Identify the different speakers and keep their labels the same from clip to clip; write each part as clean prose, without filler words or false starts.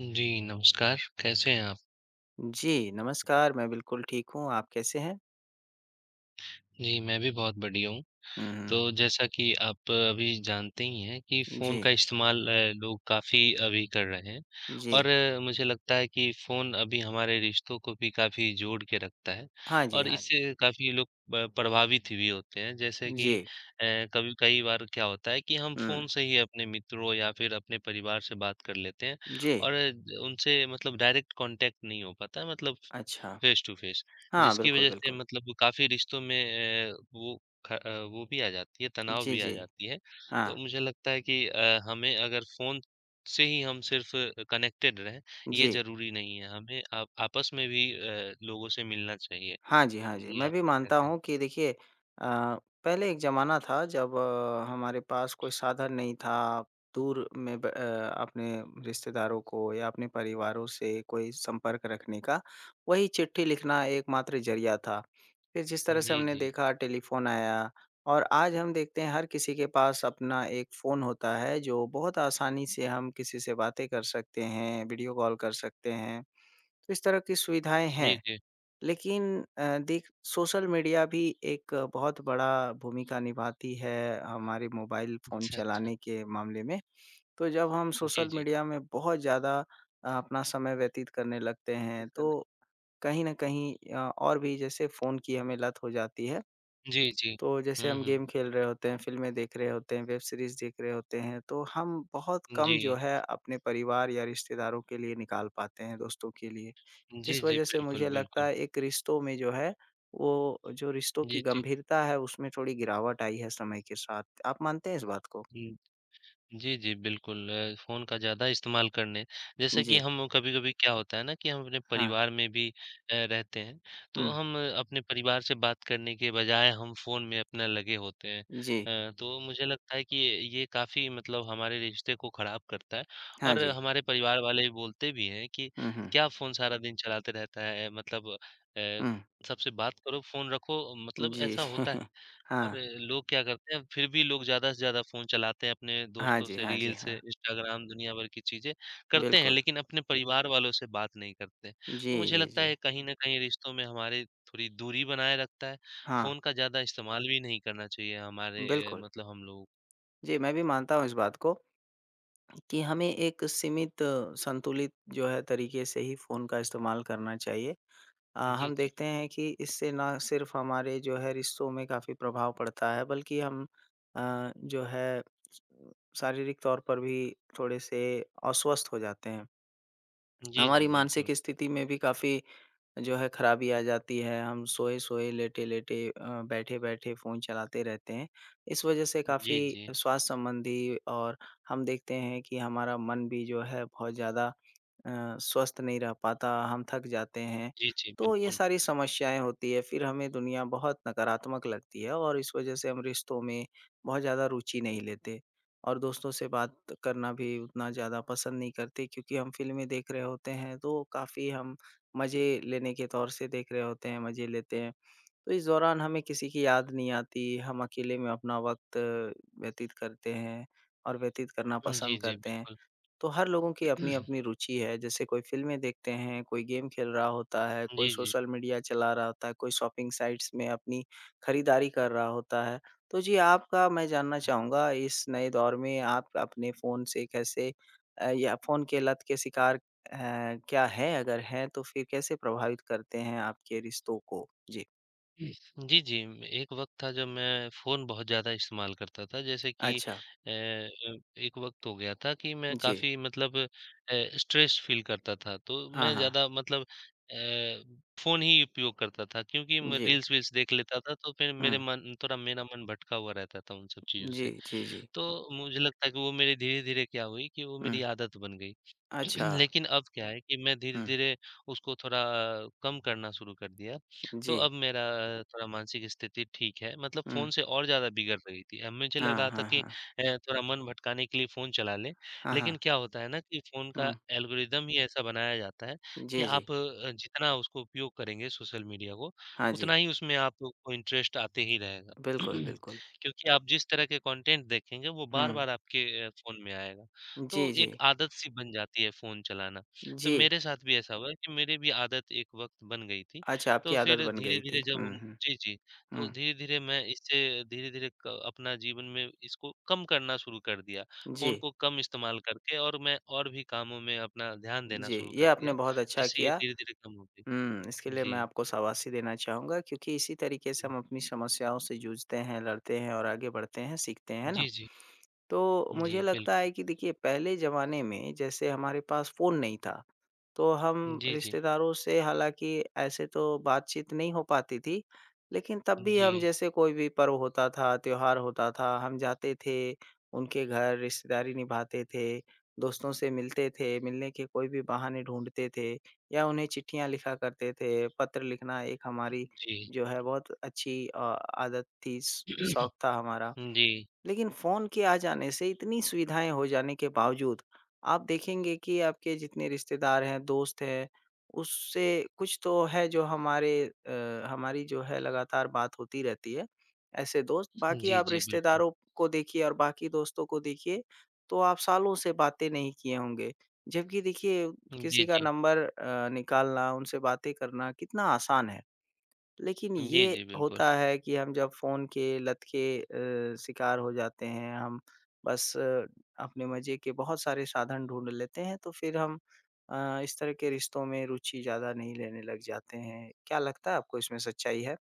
Speaker 1: जी, नमस्कार, कैसे हैं आप?
Speaker 2: जी, नमस्कार, मैं बिल्कुल ठीक हूँ, आप कैसे हैं?
Speaker 1: जी, मैं भी बहुत बढ़िया हूँ।
Speaker 2: हुँ, हुँ।
Speaker 1: तो जैसा कि आप अभी जानते ही हैं कि फ़ोन
Speaker 2: जी,
Speaker 1: का इस्तेमाल लोग काफ़ी अभी कर रहे हैं और
Speaker 2: जी।
Speaker 1: मुझे लगता है कि फ़ोन अभी हमारे रिश्तों को भी काफ़ी जोड़ के रखता है
Speaker 2: हाँ जी,
Speaker 1: और
Speaker 2: हाँ जी।
Speaker 1: इससे काफ़ी लोग प प्रभावित भी होते हैं। जैसे कि
Speaker 2: जी,
Speaker 1: कभी कई बार क्या होता है कि हम
Speaker 2: हुँ,
Speaker 1: फ़ोन से ही अपने मित्रों या फिर अपने परिवार से बात कर लेते हैं
Speaker 2: जी,
Speaker 1: और उनसे मतलब डायरेक्ट कॉन्टैक्ट नहीं हो पाता है, मतलब
Speaker 2: अच्छा।
Speaker 1: फ़ेस टू फ़ेस,
Speaker 2: हाँ,
Speaker 1: जिसकी
Speaker 2: बिल्कुल,
Speaker 1: वज़ह से
Speaker 2: बिल्कुल।
Speaker 1: मतलब काफ़ी रिश्तों में वो वो भी आ जाती है, तनाव
Speaker 2: जी,
Speaker 1: भी आ
Speaker 2: जी,
Speaker 1: जाती है। तो
Speaker 2: हाँ,
Speaker 1: मुझे लगता है कि हमें अगर फ़ोन से ही हम सिर्फ़ कनेक्टेड रहें, ये
Speaker 2: जी।
Speaker 1: ज़रूरी नहीं है। हमें आप आपस में भी लोगों से मिलना चाहिए।
Speaker 2: हाँ जी, हाँ जी।
Speaker 1: जी,
Speaker 2: मैं भी
Speaker 1: आपका क्या
Speaker 2: मानता
Speaker 1: कहना है?
Speaker 2: हूँ कि देखिए पहले एक ज़माना था जब हमारे पास कोई साधन नहीं था, दूर में अपने रिश्तेदारों को या अपने परिवारों से कोई संपर्क रखने का, वही चिट्ठी लिखना एकमात्र ज़रिया था। फिर जिस तरह से
Speaker 1: जी,
Speaker 2: हमने
Speaker 1: जी।
Speaker 2: देखा टेलीफ़ोन आया और आज हम देखते हैं हर किसी के पास अपना एक फ़ोन होता है जो बहुत आसानी से हम किसी से बातें कर सकते हैं, वीडियो कॉल कर सकते हैं। तो इस तरह की सुविधाएँ
Speaker 1: जी,
Speaker 2: हैं।
Speaker 1: जी।
Speaker 2: लेकिन देख सोशल मीडिया भी एक बहुत बड़ा भूमिका निभाती है हमारे मोबाइल फ़ोन
Speaker 1: अच्छा, अच्छा।
Speaker 2: चलाने के मामले में। तो जब हम
Speaker 1: जी,
Speaker 2: सोशल
Speaker 1: जी।
Speaker 2: मीडिया में बहुत ज़्यादा अपना समय व्यतीत करने लगते हैं,
Speaker 1: ठीक कर ले।
Speaker 2: तो कहीं न कहीं और भी जैसे फ़ोन की हमें लत हो जाती है।
Speaker 1: जी, जी।
Speaker 2: तो जैसे
Speaker 1: हुँ,
Speaker 2: हम
Speaker 1: हुँ।
Speaker 2: गेम खेल रहे होते हैं, फ़िल्में देख रहे होते हैं, वेब सीरीज़ देख रहे होते हैं, तो हम बहुत कम जो
Speaker 1: जी।
Speaker 2: है अपने परिवार या रिश्तेदारों के लिए निकाल पाते हैं, दोस्तों के लिए।
Speaker 1: जी,
Speaker 2: जिस
Speaker 1: जी,
Speaker 2: वजह से
Speaker 1: बिल्कुल,
Speaker 2: मुझे लगता
Speaker 1: बिल्कुल।
Speaker 2: है एक रिश्तों में जो है, वो जो रिश्तों
Speaker 1: जी,
Speaker 2: की
Speaker 1: जी।
Speaker 2: गंभीरता है उसमें थोड़ी गिरावट आई है समय के साथ। आप मानते हैं इस बात को?
Speaker 1: हुँ। जी, जी, बिल्कुल फ़ोन का ज़्यादा इस्तेमाल करने जैसे कि
Speaker 2: जी,
Speaker 1: हम कभी-कभी क्या होता है ना कि हम अपने
Speaker 2: हाँ,
Speaker 1: परिवार में भी रहते हैं, तो
Speaker 2: हुँ,
Speaker 1: हम अपने परिवार से बात करने के बजाय हम फ़ोन में अपना लगे होते हैं।
Speaker 2: जी,
Speaker 1: तो मुझे लगता है कि ये काफ़ी मतलब हमारे रिश्ते को ख़राब करता है
Speaker 2: हाँ
Speaker 1: और
Speaker 2: जी,
Speaker 1: हमारे परिवार वाले बोलते भी हैं कि
Speaker 2: हुँ, हुँ,
Speaker 1: क्या फ़ोन सारा दिन चलाते रहता है मतलब अ,
Speaker 2: हुँ,
Speaker 1: सबसे बात करो, फ़ोन रखो मतलब
Speaker 2: जी,
Speaker 1: ऐसा होता है। और
Speaker 2: हाँ,
Speaker 1: लोग क्या करते हैं, फिर भी लोग ज़्यादा से ज़्यादा फ़ोन चलाते हैं अपने
Speaker 2: हाँ
Speaker 1: दोस्तों
Speaker 2: जी,
Speaker 1: से,
Speaker 2: हाँ जी,
Speaker 1: रील्स,
Speaker 2: हाँ,
Speaker 1: इंस्टाग्राम, दुनिया भर की चीज़ें करते हैं,
Speaker 2: बिल्कुल।
Speaker 1: लेकिन अपने परिवार वालों से बात नहीं करते।
Speaker 2: जी,
Speaker 1: तो मुझे
Speaker 2: जी,
Speaker 1: लगता
Speaker 2: जी,
Speaker 1: है कहीं न कहीं रिश्तों में हमारे थोड़ी दूरी बनाए रखता है।
Speaker 2: हाँ,
Speaker 1: फ़ोन का ज़्यादा इस्तेमाल भी नहीं करना चाहिए हमारे
Speaker 2: बिल्कुल।
Speaker 1: मतलब हम लोगों को।
Speaker 2: जी, मैं भी मानता हूँ इस बात को कि हमें एक सीमित संतुलित जो है तरीके से ही फ़ोन का इस्तेमाल करना चाहिए।
Speaker 1: जी,
Speaker 2: हम
Speaker 1: जी।
Speaker 2: देखते हैं कि इससे ना सिर्फ हमारे जो है रिश्तों में काफ़ी प्रभाव पड़ता है बल्कि हम जो है शारीरिक तौर पर भी थोड़े से अस्वस्थ हो जाते हैं।
Speaker 1: जी, जी,
Speaker 2: हमारी
Speaker 1: बिल्कुल।
Speaker 2: मानसिक स्थिति में भी काफ़ी जो है खराबी आ जाती है। हम सोए-सोए, लेटे-लेटे बैठे-बैठे फ़ोन चलाते रहते हैं। इस वजह से काफ़ी
Speaker 1: जी, जी।
Speaker 2: स्वास्थ्य संबंधी और हम देखते हैं कि हमारा मन भी जो है बहुत ज़्यादा स्वस्थ नहीं रह पाता, हम थक जाते हैं।
Speaker 1: जी, जी,
Speaker 2: तो ये
Speaker 1: बिल्कुल।
Speaker 2: सारी समस्याएँ होती है, फिर हमें दुनिया बहुत नकारात्मक लगती है और इस वज़ह से हम रिश्तों में बहुत ज़्यादा रुचि नहीं लेते और दोस्तों से बात करना भी उतना ज़्यादा पसंद नहीं करते क्योंकि हम फ़िल्में देख रहे होते हैं, तो काफ़ी हम मज़े लेने के तौर से देख रहे होते हैं, मज़े लेते हैं। तो इस दौरान हमें किसी की याद नहीं आती, हम अकेले में अपना वक़्त व्यतीत करते हैं और व्यतीत करना
Speaker 1: जी,
Speaker 2: पसंद
Speaker 1: जी,
Speaker 2: करते हैं।
Speaker 1: बिल्कुल।
Speaker 2: तो हर लोगों की अपनी-अपनी रुचि है, जैसे कोई फ़िल्में देखते हैं, कोई गेम खेल रहा होता है, कोई
Speaker 1: जी, जी।
Speaker 2: सोशल मीडिया चला रहा होता है, कोई शॉपिंग साइट्स में अपनी खरीदारी कर रहा होता है। तो जी आपका मैं जानना चाहूँगा इस नए दौर में आप अपने फ़ोन से कैसे या फ़ोन के लत के शिकार क्या हैं? अगर हैं तो फिर कैसे प्रभावित करते हैं आपके रिश्तों को? जी।
Speaker 1: जी, जी। एक वक़्त था जब मैं फ़ोन बहुत ज़्यादा इस्तेमाल करता था जैसे कि
Speaker 2: अच्छा,
Speaker 1: एक वक़्त हो गया था कि मैं
Speaker 2: जी।
Speaker 1: काफ़ी मतलब स्ट्रेस फ़ील करता था तो
Speaker 2: हाँ,
Speaker 1: मैं
Speaker 2: हाँ।
Speaker 1: ज़्यादा मतलब अ, फ़ोन ही उपयोग करता था क्योंकि मैं
Speaker 2: जी।
Speaker 1: रील्स-वील्स देख लेता था तो फिर
Speaker 2: हुँ।
Speaker 1: मेरे मन थोड़ा मेरा मन भटका हुआ रहता था उन सब चीज़ों
Speaker 2: जी,
Speaker 1: से।
Speaker 2: जी, जी।
Speaker 1: तो मुझे लगता है कि वो मेरी धीरे-धीरे क्या हुई कि वो
Speaker 2: हुँ।
Speaker 1: मेरी आदत बन गई।
Speaker 2: अच्छा।
Speaker 1: लेकिन अब क्या है कि मैं
Speaker 2: हुँ।
Speaker 1: धीरे-धीरे उसको थोड़ा कम करना शुरू कर दिया। तो
Speaker 2: जी।
Speaker 1: अब मेरा थोड़ा मानसिक स्थिति ठीक है, मतलब फ़ोन
Speaker 2: हुँ।
Speaker 1: से और ज़्यादा बिगड़ रही थी। अब मुझे लग
Speaker 2: हाँ,
Speaker 1: रहा था
Speaker 2: हाँ,
Speaker 1: कि
Speaker 2: हाँ।
Speaker 1: थोड़ा मन भटकाने के लिए फ़ोन चला लें,
Speaker 2: हाँ,
Speaker 1: लेकिन
Speaker 2: हाँ।
Speaker 1: क्या होता है ना कि फ़ोन का
Speaker 2: हुँ।
Speaker 1: एल्गोरिदम ही ऐसा बनाया जाता है कि
Speaker 2: जी, जी।
Speaker 1: आप जितना उसको उपयोग करेंगे सोशल मीडिया को,
Speaker 2: हाँ जी।
Speaker 1: उतना ही उसमें आपको इंटरेस्ट आते ही रहेगा।
Speaker 2: बिल्कुल, बिल्कुल।
Speaker 1: क्योंकि आप जिस तरह के कंटेंट देखेंगे, वो
Speaker 2: हुँ।
Speaker 1: बार-बार आपके फ़ोन में आएगा। तो
Speaker 2: जी, जी।
Speaker 1: एक आदत सी बन जाती है फ़ोन चलाना। तो
Speaker 2: जी।
Speaker 1: मेरे साथ भी ऐसा हुआ है कि मेरी भी आदत एक वक़्त बन गई थी।
Speaker 2: अच्छा आपकी
Speaker 1: तो
Speaker 2: आदत
Speaker 1: फिर
Speaker 2: बन गई थी।
Speaker 1: धीरे-धीरे जब हम
Speaker 2: हुँ, हुँ,
Speaker 1: जी, जी। तो
Speaker 2: हुँ।
Speaker 1: धीरे-धीरे मैं इससे धीरे-धीरे क अपना जीवन में इसको कम करना शुरू कर दिया।
Speaker 2: जी,
Speaker 1: फ़ोन को कम इस्तेमाल करके और मैं और भी कामों में अपना ध्यान देना
Speaker 2: जी।
Speaker 1: शुरू
Speaker 2: ये
Speaker 1: कर दिया,
Speaker 2: आपने बहुत अच्छा
Speaker 1: जिससे ये
Speaker 2: किया।
Speaker 1: धीरे-धीरे कम हो गई।
Speaker 2: हुँ, इसके लिए मैं
Speaker 1: जी।
Speaker 2: आपको शाबाशी देना चाहूँगा क्योंकि इसी तरीके से हम अपनी समस्याओं से जूझते हैं, लड़ते हैं और आगे बढ़ते हैं, सीखते हैं, है ना?
Speaker 1: जी, जी।
Speaker 2: तो
Speaker 1: जी,
Speaker 2: मुझे लगता
Speaker 1: बिल्कुल।
Speaker 2: है कि देखिए पहले ज़माने में जैसे हमारे पास फ़ोन नहीं था, तो हम
Speaker 1: जी, जी।
Speaker 2: रिश्तेदारों से हालाँकि ऐसे तो बातचीत नहीं हो पाती थी, लेकिन तब भी
Speaker 1: जी,
Speaker 2: हम जैसे कोई भी पर्व होता था, त्योहार होता था, हम जाते थे, उनके घर रिश्तेदारी निभाते थे, दोस्तों से मिलते थे, मिलने के कोई भी बहाने ढूँढते थे या उन्हें चिट्ठियाँ लिखा करते थे। पत्र लिखना एक हमारी
Speaker 1: जी।
Speaker 2: जो है बहुत अच्छी आदत थी, श शौक था हमारा।
Speaker 1: जी।
Speaker 2: लेकिन फ़ोन के आ जाने से इतनी सुविधाएँ हो जाने के बावजूद, आप देखेंगे कि आपके जितने रिश्तेदार हैं, दोस्त हैं, उससे कुछ तो है जो हमारे हमारी जो है लगातार बात होती रहती है, ऐसे दोस्त। बाकी
Speaker 1: जी,
Speaker 2: आप
Speaker 1: जी, बिल्कुल।
Speaker 2: रिश्तेदारों को देखिए और बाकी दोस्तों को देखिए, तो आप सालों से बातें नहीं किए होंगे। जबकि देखिए
Speaker 1: जी,
Speaker 2: किसी का
Speaker 1: जी।
Speaker 2: नंबर निकालना, उनसे बातें करना कितना आसान है। लेकिन
Speaker 1: जी,
Speaker 2: ये
Speaker 1: जी, बिल्कुल।
Speaker 2: होता है कि हम जब फ़ोन के लत के शिकार हो जाते हैं, हम बस अपने मज़े के बहुत सारे साधन ढूँढ लेते हैं, तो फिर हम इस तरह के रिश्तों में रुचि ज़्यादा नहीं लेने लग जाते हैं। क्या लगता है आपको इसमें सच्चाई है?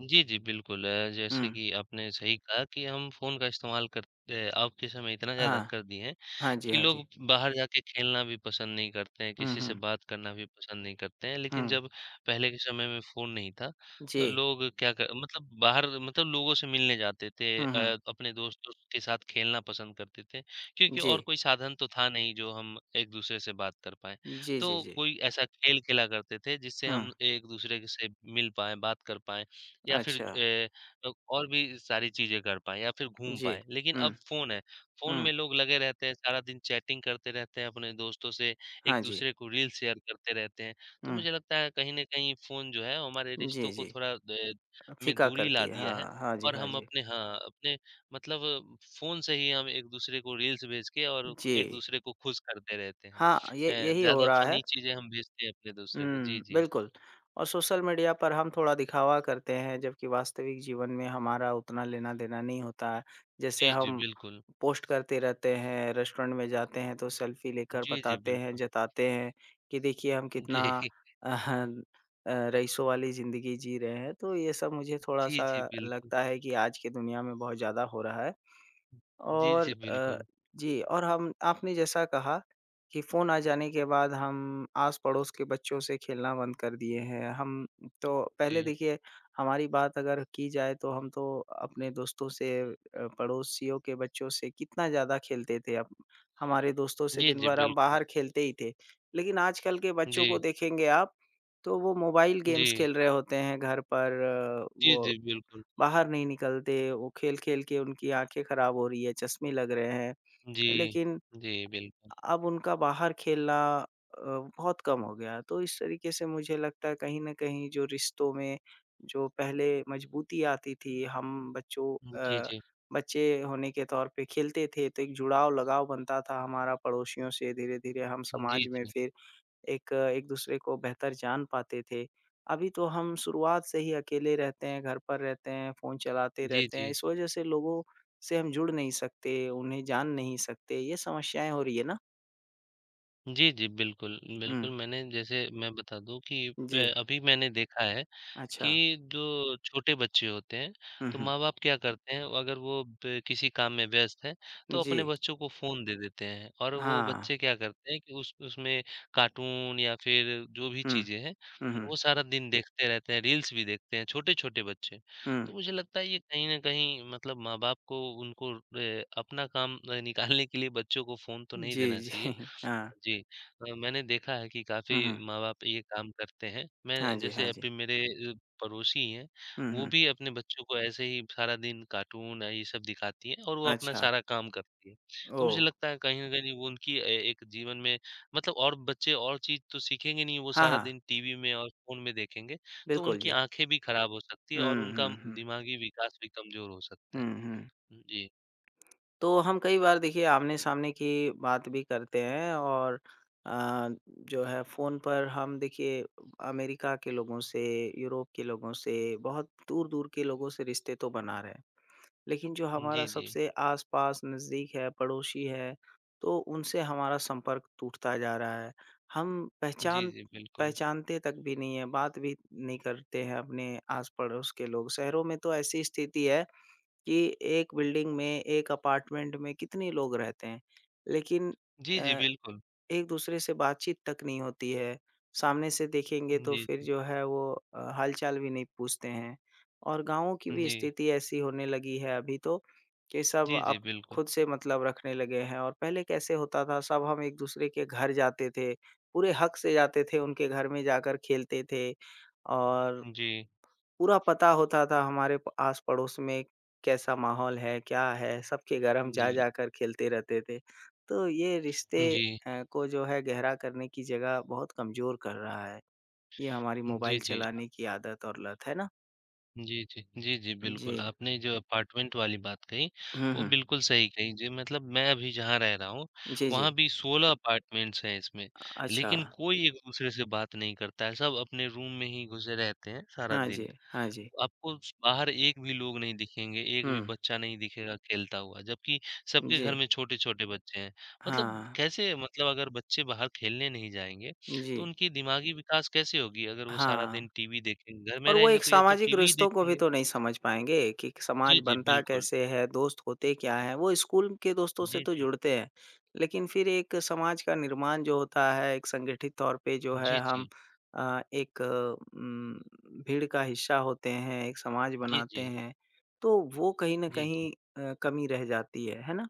Speaker 1: जी, जी, बिल्कुल जैसे
Speaker 2: हुँ,
Speaker 1: कि आपने सही कहा कि हम फ़ोन का इस्तेमाल अ, अब के समय इतना ज़्यादा
Speaker 2: हाँ।
Speaker 1: कर दिए हैं
Speaker 2: हाँ जी,
Speaker 1: कि
Speaker 2: हाँ जी।
Speaker 1: लोग बाहर जाके खेलना भी पसंद नहीं करते हैं,
Speaker 2: हुँ,
Speaker 1: किसी से
Speaker 2: हुँ,
Speaker 1: बात करना भी पसंद नहीं करते हैं।
Speaker 2: हुँ।
Speaker 1: लेकिन जब पहले के समय में फ़ोन नहीं था, तो
Speaker 2: जी।
Speaker 1: लोग क्या क मतलब बाहर मतलब लोगों से मिलने जाते थे
Speaker 2: हुँ, हुँ।
Speaker 1: अपने दोस्तों के साथ खेलना पसंद करते थे, क्योंकि
Speaker 2: जी।
Speaker 1: और कोई साधन तो था नहीं जो हम एक-दूसरे से बात कर पाएँ।
Speaker 2: जी, जी,
Speaker 1: तो
Speaker 2: जी।
Speaker 1: कोई ऐसा खेल खेला करते थे जिससे
Speaker 2: हुँ,
Speaker 1: हम एक-दूसरे के से मिल पाएँ, बात कर पाएँ। या फिर
Speaker 2: अच्छा।
Speaker 1: और भी सारी चीज़ें कर पाएँ या फिर घूम
Speaker 2: जी।
Speaker 1: पाएँ। लेकिन
Speaker 2: हुँ,
Speaker 1: अब फ़ोन है, फ़ोन
Speaker 2: हुँ।
Speaker 1: में लोग लगे रहते हैं, सारा दिन चैटिंग करते रहते हैं अपने दोस्तों से,
Speaker 2: हाँ जी।
Speaker 1: एक-दूसरे को रील शेयर करते रहते हैं। तो
Speaker 2: हुँ।
Speaker 1: मुझे लगता है कहीं न कहीं फ़ोन जो है हमारे रिश्तों
Speaker 2: जी,
Speaker 1: को
Speaker 2: जी।
Speaker 1: थोड़ा द में
Speaker 2: फीका
Speaker 1: दूरी ला
Speaker 2: करती है।
Speaker 1: दिया है
Speaker 2: हाँ, हाँ जी,
Speaker 1: और
Speaker 2: हाँ
Speaker 1: हम
Speaker 2: जी।
Speaker 1: अपने हाँ, अपने मतलब फ़ोन से ही हम एक-दूसरे को रील्स भेज के और
Speaker 2: जी।
Speaker 1: एक-दूसरे को खुश करते रहते हैं।
Speaker 2: हाँ, ये यही हो
Speaker 1: ज़्यादा
Speaker 2: रहा है।
Speaker 1: फ़नी चीज़ें हम भेजते हैं अपने दूसरे को। जी,
Speaker 2: हुँ,
Speaker 1: जी।
Speaker 2: बिल्कुल और सोशल मीडिया पर हम थोड़ा दिखावा करते हैं, जबकि वास्तविक जीवन में हमारा उतना लेना-देना नहीं होता है। जैसे
Speaker 1: जी, जी,
Speaker 2: हम
Speaker 1: बिल्कुल।
Speaker 2: पोस्ट करते रहते हैं, रेस्टोरेंट में जाते हैं तो सेल्फी लेकर
Speaker 1: जी, जी,
Speaker 2: बताते हैं,
Speaker 1: बिल्कुल।
Speaker 2: जताते हैं कि देखिए हम कितना
Speaker 1: जी।
Speaker 2: अहन रईसों वाली ज़िंदगी जी रहे हैं। तो ये सब मुझे
Speaker 1: जी,
Speaker 2: थोड़ा-सा
Speaker 1: जी, बिल्कुल।
Speaker 2: लगता है कि आज की दुनिया में बहुत ज़्यादा हो रहा है।
Speaker 1: जी,
Speaker 2: और
Speaker 1: जी, बिल्कुल।
Speaker 2: जी और हम आपने जैसा कहा कि फ़ोन आ जाने के बाद हम आस-पड़ोस के बच्चों से खेलना बंद कर दिए हैं। हम तो पहले
Speaker 1: जी।
Speaker 2: देखिए हमारी बात अगर की जाए तो हम तो अपने दोस्तों से पड़ोसियों के बच्चों से कितना ज़्यादा खेलते थे। अब हमारे दोस्तों से
Speaker 1: जी,
Speaker 2: दिन
Speaker 1: जी,
Speaker 2: भर हम
Speaker 1: बिल्कुल।
Speaker 2: बाहर खेलते ही थे। लेकिन आजकल के बच्चों को
Speaker 1: जी,
Speaker 2: देखेंगे आप तो वो मोबाइल गेम्स
Speaker 1: जी।
Speaker 2: खेल रहे होते हैं घर पर
Speaker 1: जी,
Speaker 2: वो
Speaker 1: जी, बिल्कुल।
Speaker 2: बाहर नहीं निकलते, वो खेल-खेल के उनकी आँखें खराब हो रही है, चश्मे लग रहे हैं।
Speaker 1: जी।
Speaker 2: लेकिन
Speaker 1: जी, बिल्कुल।
Speaker 2: अब उनका बाहर खेलना अ, बहुत कम हो गया है। तो इस तरीके से मुझे लगता है कहीं न कहीं जो रिश्तों में जो पहले मजबूती आती थी, हम
Speaker 1: जी,
Speaker 2: अ,
Speaker 1: जी।
Speaker 2: बच्चे होने के तौर पे खेलते थे, तो एक जुड़ाव, लगाव बनता था हमारा पड़ोसियों से, धीरे-धीरे हम
Speaker 1: जी,
Speaker 2: समाज में
Speaker 1: जी।
Speaker 2: फिर एक एक-दूसरे को बेहतर जान पाते थे। अभी तो हम शुरुआत से ही अकेले रहते हैं, घर पर रहते हैं, फ़ोन चलाते
Speaker 1: जी,
Speaker 2: रहते हैं।
Speaker 1: जी।
Speaker 2: इस वजह से लोगों से हम जुड़ नहीं सकते, उन्हें जान नहीं सकते, ये समस्याएँ हो रही है ना?
Speaker 1: जी, जी, बिल्कुल, बिल्कुल
Speaker 2: हुँ,
Speaker 1: मैंने जैसे मैं बता दूँ कि
Speaker 2: जी,
Speaker 1: अभी मैंने देखा है कि
Speaker 2: अच्छा।
Speaker 1: जो छोटे बच्चे होते हैं,
Speaker 2: हुँ,
Speaker 1: तो
Speaker 2: हुँ,
Speaker 1: माँ-बाप क्या करते हैं अगर वो ब किसी काम में व्यस्त हैं, तो
Speaker 2: जी,
Speaker 1: अपने बच्चों को फ़ोन दे देते हैं और वो
Speaker 2: हाँ,
Speaker 1: बच्चे क्या करते हैं कि उस उसमें कार्टून या फिर जो भी
Speaker 2: हुँ,
Speaker 1: चीज़ें हैं,
Speaker 2: हुँ, हुँ,
Speaker 1: वो सारा दिन देखते रहते हैं, रील्स भी देखते हैं, छोटे-छोटे बच्चे।
Speaker 2: हुँ,
Speaker 1: तो मुझे लगता है ये कहीं न कहीं मतलब माँ-बाप को उनको अपना काम निकालने के लिए बच्चों को फ़ोन तो नहीं
Speaker 2: जी,
Speaker 1: देना
Speaker 2: जी,
Speaker 1: चाहिए।
Speaker 2: हाँ,
Speaker 1: जी। मैंने देखा है कि काफ़ी
Speaker 2: हुँ, हुँ,
Speaker 1: माँ-बाप ये काम करते हैं।
Speaker 2: हाँ
Speaker 1: मैं
Speaker 2: जी,
Speaker 1: जैसे
Speaker 2: हाँ जी,
Speaker 1: अभी मेरे अ, पड़ोसी हैं,
Speaker 2: हुँ,
Speaker 1: वो
Speaker 2: हुँ,
Speaker 1: भी अपने बच्चों को ऐसे ही सारा दिन कार्टून, ये सब दिखाती हैं और वो अपना
Speaker 2: अच्छा,
Speaker 1: सारा काम करती हैं। तो
Speaker 2: ओह!
Speaker 1: मुझे लगता है कहीं न कहीं वो उनकी ए एक जीवन में मतलब और बच्चे और चीज़ तो सीखेंगे नहीं, वो
Speaker 2: हाँ,
Speaker 1: सारा
Speaker 2: हाँ,
Speaker 1: दिन टीवी में और फ़ोन में देखेंगे, तो
Speaker 2: बिल्कुल
Speaker 1: उनकी
Speaker 2: जी।
Speaker 1: आँखें भी खराब हो सकती है और
Speaker 2: हुँ,
Speaker 1: उनका
Speaker 2: हुँ, हुँ,
Speaker 1: दिमागी विकास भी कमज़ोर हो सकता है।
Speaker 2: हुँ, हुँ।
Speaker 1: जी।
Speaker 2: तो हम कई बार देखिए आमने-सामने की बात भी करते हैं और अ, जो है फ़ोन पर हम देखिए अमेरिका के लोगों से, यूरोप के लोगों से, बहुत दूर-दूर के लोगों से रिश्ते तो बना रहे हैं। लेकिन जो हमारा
Speaker 1: जी, जी।
Speaker 2: सबसे आस-पास नज़दीक है, पड़ोसी है, तो उनसे हमारा संपर्क टूटता जा रहा है। हम
Speaker 1: जी,
Speaker 2: पहचान
Speaker 1: जी, बिल्कुल।
Speaker 2: पहचानते तक भी नहीं है, बात भी नहीं करते हैं अपने आस-पड़ोस के लोग। शहरों में तो ऐसी स्थिति है कि एक बिल्डिंग में, एक अपार्टमेंट में कितने लोग रहते हैं, लेकिन
Speaker 1: जी, जी,
Speaker 2: अ,
Speaker 1: बिल्कुल।
Speaker 2: एक-दूसरे से बातचीत तक नहीं होती है। सामने से देखेंगे तो
Speaker 1: जी,
Speaker 2: फिर
Speaker 1: जी।
Speaker 2: जो है वो हाल-चाल भी नहीं पूछते हैं और गाँवों की भी
Speaker 1: जी।
Speaker 2: स्थिति ऐसी होने लगी है अभी तो कि सब
Speaker 1: जी, जी,
Speaker 2: अब
Speaker 1: बिल्कुल।
Speaker 2: खुद से मतलब रखने लगे हैं और पहले कैसे होता था, सब हम एक-दूसरे के घर जाते थे, पूरे हक से जाते थे, उनके घर में जाकर खेलते थे और
Speaker 1: जी,
Speaker 2: पूरा पता होता था हमारे प आस-पड़ोस में कैसा माहौल है, क्या है? सबके घर हम
Speaker 1: हुँ। जी,
Speaker 2: जा-जा कर खेलते रहते थे। तो ये रिश्ते
Speaker 1: जी,
Speaker 2: को जो है गहरा करने की जगह बहुत कमज़ोर कर रहा है। ये हमारी
Speaker 1: जी,
Speaker 2: मोबाइल
Speaker 1: जी, अ,
Speaker 2: चलाने की आदत और लत, है ना?
Speaker 1: जी, जी, जी, जी, बिल्कुल,
Speaker 2: जी।
Speaker 1: आपने जो अपार्टमेंट वाली बात कही,
Speaker 2: हुँ,
Speaker 1: वो
Speaker 2: हुँ।
Speaker 1: बिल्कुल सही कही जी, मतलब मैं अभी जहाँ रह रहा हूँ,
Speaker 2: जी,
Speaker 1: वहाँ
Speaker 2: जी।
Speaker 1: भी 16 अपार्टमेंट्स हैं इसमें,
Speaker 2: अच्छा।
Speaker 1: लेकिन कोई एक-दूसरे से बात नहीं करता है, सब अपने रूम में ही घुसे रहते हैं सारा
Speaker 2: हाँ
Speaker 1: दिन।
Speaker 2: जी, हाँ जी।
Speaker 1: आपको स बाहर एक भी लोग नहीं दिखेंगे, एक
Speaker 2: हुँ।
Speaker 1: भी बच्चा नहीं दिखेगा खेलता हुआ, जबकि सबके
Speaker 2: जी।
Speaker 1: घर में छोटे-छोटे बच्चे हैं। मतलब
Speaker 2: हाँ।
Speaker 1: कैसे मतलब अगर बच्चे बाहर खेलने नहीं जाएँगे,
Speaker 2: जी।
Speaker 1: तो उनकी दिमागी विकास कैसे होगी? अगर वो सारा दिन
Speaker 2: हाँ।
Speaker 1: टीवी देखेंगे, घर में
Speaker 2: और वो
Speaker 1: रहेंगे
Speaker 2: एक
Speaker 1: तो या तो
Speaker 2: सामाजिक
Speaker 1: टीवी ही
Speaker 2: रिश्तों को भी
Speaker 1: देखेंगे।
Speaker 2: तो नहीं समझ पाएँगे कि
Speaker 1: जी,
Speaker 2: समाज
Speaker 1: जी,
Speaker 2: बनता
Speaker 1: बिल्कुल।
Speaker 2: कैसे है, दोस्त होते क्या हैं? वो स्कूल के दोस्तों से
Speaker 1: जी,
Speaker 2: तो
Speaker 1: जी।
Speaker 2: जुड़ते हैं, लेकिन फिर एक समाज का निर्माण जो होता है, एक संगठित तौर पे जो
Speaker 1: जी,
Speaker 2: है हम
Speaker 1: जी।
Speaker 2: एक भीड़ का हिस्सा होते हैं, एक समाज
Speaker 1: जी,
Speaker 2: बनाते
Speaker 1: जी।
Speaker 2: हैं, तो वो कहीं न
Speaker 1: जी, जी।
Speaker 2: कहीं कमी रह जाती है ना?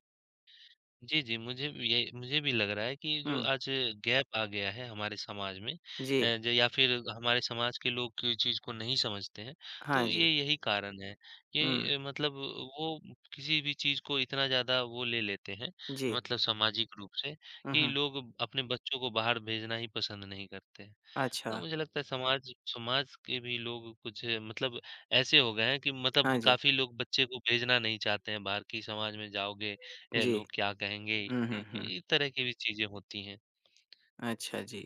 Speaker 1: जी, मुझे भी ये मुझे भी लग रहा है कि
Speaker 2: हुँ,
Speaker 1: जो आज गैप आ गया है हमारे समाज में अ,
Speaker 2: जी।
Speaker 1: ज या फिर हमारे समाज के लोग कोई चीज़ को नहीं समझते हैं, तो
Speaker 2: हाँ
Speaker 1: ये
Speaker 2: जी।
Speaker 1: यही कारण है।
Speaker 2: हुँ,
Speaker 1: मतलब वो किसी भी चीज़ को इतना ज़्यादा वो ले लेते हैं,
Speaker 2: जी।
Speaker 1: मतलब सामाजिक रूप से
Speaker 2: हुँ,
Speaker 1: कि
Speaker 2: हुँ।
Speaker 1: लोग अपने बच्चों को बाहर भेजना ही पसंद नहीं करते। हैं।
Speaker 2: अच्छा।
Speaker 1: तो मुझे लगता है समाज समाज के भी लोग कुछ मतलब ऐसे हो गए हैं कि मतलब
Speaker 2: हाँ जी।
Speaker 1: काफ़ी लोग बच्चे को भेजना नहीं चाहते हैं बाहर कि समाज में जाओगे ये
Speaker 2: जी।
Speaker 1: लोग क्या कहेंगे ये
Speaker 2: हुँ, हुँ,
Speaker 1: कहेंगे,
Speaker 2: हुँ।
Speaker 1: इस तरह की भी चीज़ें होती हैं।
Speaker 2: अच्छा जी।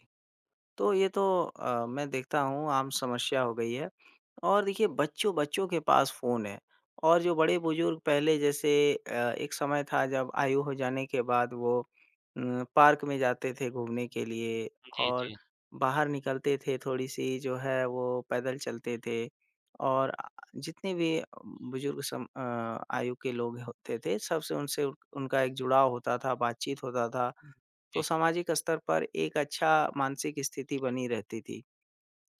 Speaker 2: तो ये तो मैं देखता हूँ आम समस्या हो गई है और देखिए बच्चों-बच्चों के पास फ़ोन है और जो बड़े-बुज़ुर्ग पहले जैसे एक समय था जब आयु हो जाने के बाद वो पार्क में जाते थे घूमने के लिए
Speaker 1: जी,
Speaker 2: और
Speaker 1: जी।
Speaker 2: बाहर निकलते थे थोड़ी-सी जो है वो पैदल चलते थे और जितने भी बुज़ुर्ग आयु के लोग होते थे सबसे उनसे उनका एक जुड़ाव होता था, बातचीत होता था। तो
Speaker 1: जी,
Speaker 2: सामाजिक स्तर पर एक अच्छा मानसिक स्थिति बनी रहती थी।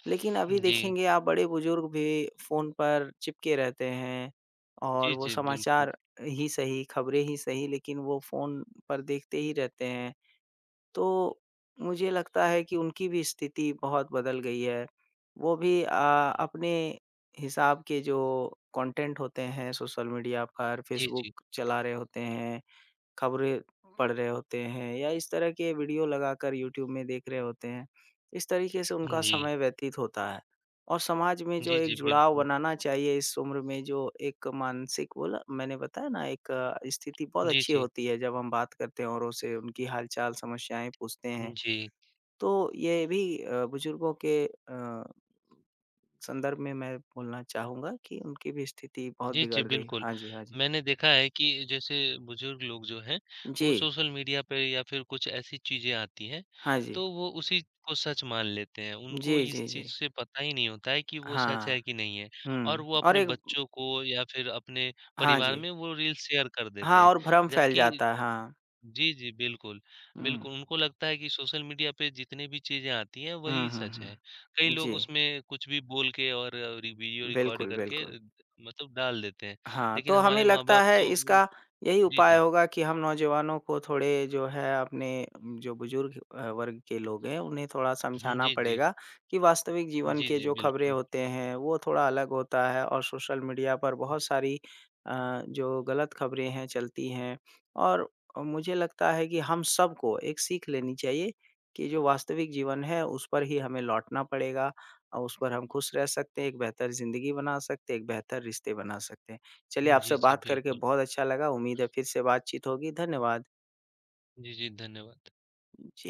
Speaker 2: लेकिन अभी
Speaker 1: जी।
Speaker 2: देखेंगे आप बड़े-बुजुर्ग भी फ़ोन पर चिपके रहते हैं और
Speaker 1: जी,
Speaker 2: वो
Speaker 1: जी, बिल्कुल।
Speaker 2: समाचार ही सही, खबरें ही सही लेकिन वो फ़ोन पर देखते ही रहते हैं। तो मुझे लगता है कि उनकी भी स्थिति बहुत बदल गई है। वो भी अपने हिसाब के जो कंटेंट होते हैं सोशल मीडिया पर,
Speaker 1: जी, जी।
Speaker 2: फ़ेसबुक चला रहे होते हैं। खबरें पढ़ रहे होते हैं या इस तरह के वीडियो लगाकर यूट्यूब में देख रहे होते हैं। इस तरीके से उनका
Speaker 1: जी।
Speaker 2: समय व्यतीत होता है और समाज में जो
Speaker 1: जी,
Speaker 2: एक
Speaker 1: जी,
Speaker 2: जुड़ाव
Speaker 1: बिल्कुल।
Speaker 2: बनाना चाहिए इस उम्र में जो एक मानसिक बोला मैंने बताया ना एक स्थिति बहुत
Speaker 1: जी,
Speaker 2: अच्छी
Speaker 1: जी।
Speaker 2: होती है जब हम बात करते हैं औरों से उनकी हालचाल समस्याएँ पूछते हैं।
Speaker 1: जी।
Speaker 2: तो ये भी बुजुर्गों के संदर्भ में मैं बोलना चाहूँगा कि उनकी भी स्थिति बहुत
Speaker 1: जी, जी,
Speaker 2: बिगड़ रही है।
Speaker 1: बिल्कुल।
Speaker 2: हाँ जी, हाँ जी।
Speaker 1: मैंने देखा है कि जैसे बुज़ुर्ग लोग जो हैं,
Speaker 2: जी।
Speaker 1: वो सोशल मीडिया पे या फिर कुछ ऐसी चीज़ें आती हैं,
Speaker 2: हाँ जी।
Speaker 1: तो वो उसी को सच मान लेते हैं।
Speaker 2: जी,
Speaker 1: उनको इस
Speaker 2: जी, जी।
Speaker 1: चीज़ से पता ही नहीं होता है कि वो सच है
Speaker 2: हाँ।
Speaker 1: कि नहीं है और
Speaker 2: हुँ,
Speaker 1: वो
Speaker 2: और
Speaker 1: अपने
Speaker 2: एक
Speaker 1: बच्चों को या फिर अपने
Speaker 2: हाँ
Speaker 1: परिवार
Speaker 2: जी,
Speaker 1: में वो रील शेयर कर देते
Speaker 2: हाँ
Speaker 1: हैं।
Speaker 2: और भ्रम फैल
Speaker 1: जबकि
Speaker 2: जाता है, हाँ।
Speaker 1: जी, जी, बिल्कुल।
Speaker 2: हुँ,
Speaker 1: बिल्कुल, उनको लगता है कि सोशल मीडिया पे जितनी भी चीज़ें आती हैं, वही
Speaker 2: हुँ, हुँ,
Speaker 1: सच है। कई
Speaker 2: हुँ।
Speaker 1: लोग
Speaker 2: जी,
Speaker 1: उसमें कुछ भी बोल के और रि वीडियो रिकॉर्ड
Speaker 2: बिल्कुल,
Speaker 1: करके
Speaker 2: बिल्कुल।
Speaker 1: द मतलब डाल देते हैं।
Speaker 2: हाँ,
Speaker 1: लेकिन
Speaker 2: तो हमें
Speaker 1: हमारे
Speaker 2: लगता
Speaker 1: माँ-बाप
Speaker 2: है
Speaker 1: तो वो
Speaker 2: इसका यही
Speaker 1: जी,
Speaker 2: उपाय
Speaker 1: जी।
Speaker 2: होगा कि हम नौजवानों को थोड़े जो है अपने जो बुजुर्ग वर्ग के लोग हैं उन्हें थोड़ा
Speaker 1: हुँ,
Speaker 2: समझाना
Speaker 1: जी, जी।
Speaker 2: पड़ेगा कि वास्तविक जीवन
Speaker 1: जी,
Speaker 2: के
Speaker 1: जी,
Speaker 2: जो खबरें
Speaker 1: बिल्कुल।
Speaker 2: होते हैं वो थोड़ा अलग होता है और सोशल मीडिया पर बहुत सारी जो गलत खबरें हैं चलती हैं। और मुझे लगता है कि हम सबको एक सीख लेनी चाहिए कि जो वास्तविक जीवन है उस पर ही हमें लौटना पड़ेगा और उस पर हम खुश रह सकते हैं, एक बेहतर ज़िंदगी बना सकते हैं, एक बेहतर रिश्ते बना सकते हैं। चलिए
Speaker 1: जी,
Speaker 2: आपसे
Speaker 1: जी,
Speaker 2: बात करके
Speaker 1: बिल्कुल।
Speaker 2: बहुत अच्छा लगा। उम्मीद है फिर से बातचीत होगी। धन्यवाद।
Speaker 1: जी, जी, धन्यवाद।
Speaker 2: जी।